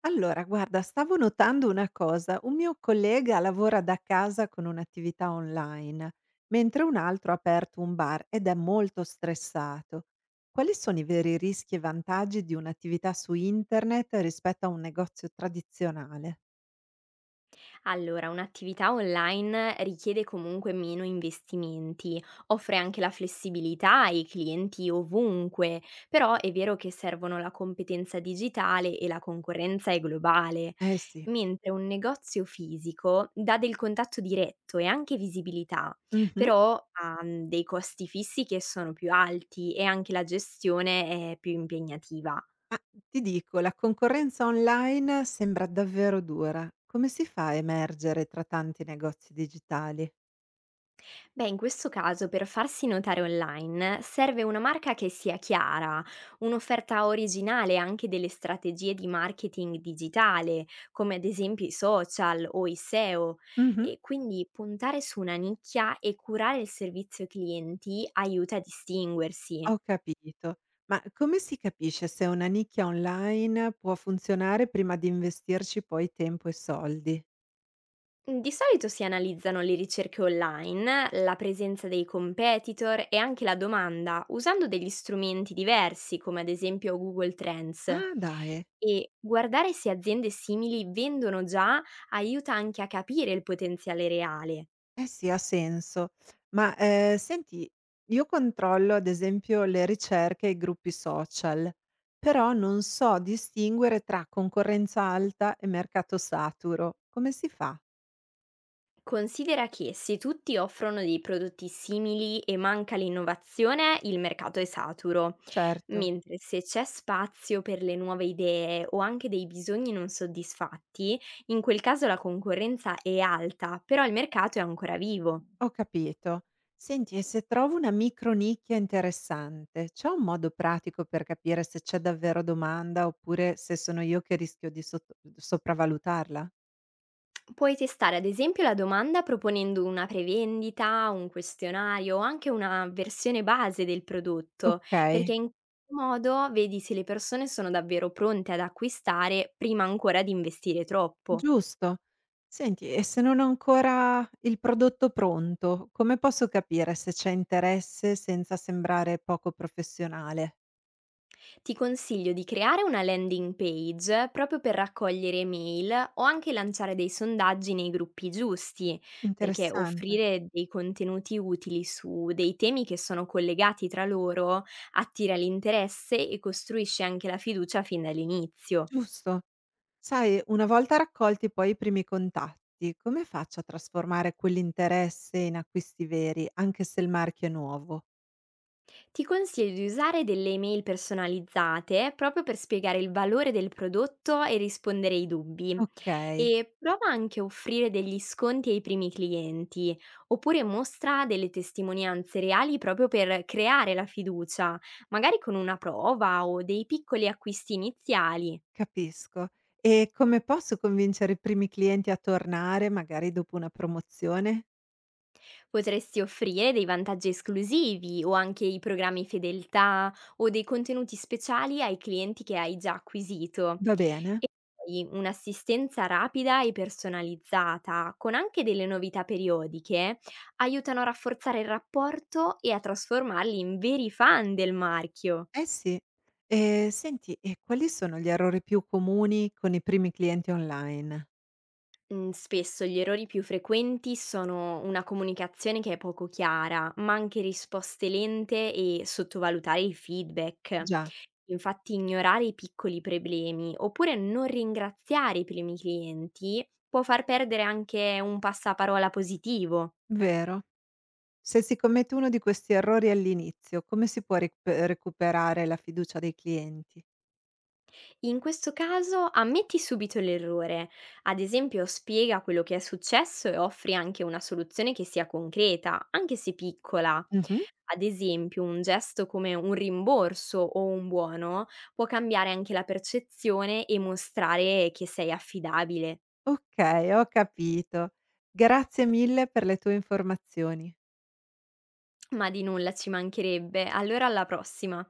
Allora, guarda, stavo notando una cosa. Un mio collega lavora da casa con un'attività online, mentre un altro ha aperto un bar ed è molto stressato. Quali sono i veri rischi e vantaggi di un'attività su internet rispetto a un negozio tradizionale? Allora, un'attività online richiede comunque meno investimenti, offre anche la flessibilità ai clienti ovunque, però è vero che servono la competenza digitale e la concorrenza è globale, Eh sì. mentre un negozio fisico dà del contatto diretto e anche visibilità, Mhm. però ha dei costi fissi che sono più alti e anche la gestione è più impegnativa. Ma ti dico, la concorrenza online sembra davvero dura. Come si fa a emergere tra tanti negozi digitali? Beh, in questo caso per farsi notare online serve una marca che sia chiara, un'offerta originale anche delle strategie di marketing digitale, come ad esempio i social o i SEO, e O. Mhm. E quindi puntare su una nicchia e curare il servizio clienti aiuta a distinguersi. Ho capito. Ma come si capisce se una nicchia online può funzionare prima di investirci poi tempo e soldi? Mhmm, Di solito si analizzano le ricerche online, la presenza dei competitor e anche la domanda, usando degli strumenti diversi come ad esempio Google Trends. Ah dai, E guardare se aziende simili vendono già aiuta anche a capire il potenziale reale. eh sì, ha senso. Ma, senti, io controllo ad esempio le ricerche e i gruppi social, però non so distinguere tra concorrenza alta e mercato saturo. Come si fa? Considera che se tutti offrono dei prodotti simili e manca l'innovazione, il mercato è saturo, Certo. mentre se c'è spazio per le nuove idee o anche dei bisogni non soddisfatti, in quel caso la concorrenza è alta, però il mercato è ancora vivo. Ho capito. Senti, e se trovo una micronicchia interessante, c'è un modo pratico per capire se c'è davvero domanda oppure se sono io che rischio di sopravvalutarla? Puoi testare ad esempio la domanda proponendo una prevendita, un questionario o anche una versione base del prodotto, Ok, perché in questo modo vedi se le persone sono davvero pronte ad acquistare prima ancora di investire troppo. giusto. Senti, e se non ho ancora il prodotto pronto, come posso capire se c'è interesse senza sembrare poco professionale? Ti consiglio di creare una landing page proprio per raccogliere email o anche lanciare dei sondaggi nei gruppi giusti, perché Interessante. offrire dei contenuti utili su dei temi che sono collegati tra loro attira l'interesse e costruisce anche la fiducia fin dall'inizio. Giusto. Sai, una volta raccolti poi i primi contatti, come faccio a trasformare quell'interesse in acquisti veri, anche se il marchio è nuovo? Ti consiglio di usare delle email personalizzate proprio per spiegare il valore del prodotto e rispondere ai dubbi. Okay, E prova anche a offrire degli sconti ai primi clienti, oppure mostra delle testimonianze reali proprio per creare la fiducia, magari con una prova o dei piccoli acquisti iniziali. capisco. E come posso convincere i primi clienti a tornare, magari dopo una promozione? Potresti offrire dei vantaggi esclusivi o anche i programmi fedeltà o dei contenuti speciali ai clienti che hai già acquisito. Va bene? E poi un'assistenza rapida e personalizzata, con anche delle novità periodiche, aiutano a rafforzare il rapporto e a trasformarli in veri fan del marchio. Eh sì. E senti, e quali sono gli errori più comuni con i primi clienti online? Mhmm, Spesso gli errori più frequenti sono una comunicazione che è poco chiara, ma anche risposte lente e sottovalutare il feedback. Già, Infatti ignorare i piccoli problemi oppure non ringraziare i primi clienti può far perdere anche un passaparola positivo. vero. Se si commette uno di questi errori all'inizio, come si può recuperare la fiducia dei clienti? In questo caso ammetti subito l'errore, ad esempio spiega quello che è successo e offri anche una soluzione che sia concreta, anche se piccola. Mh-mh. Ad esempio, un gesto come un rimborso o un buono può cambiare anche la percezione e mostrare che sei affidabile. Okay, ho capito. Grazie mille per le tue informazioni. Ma di nulla, ci mancherebbe. Allora, alla prossima.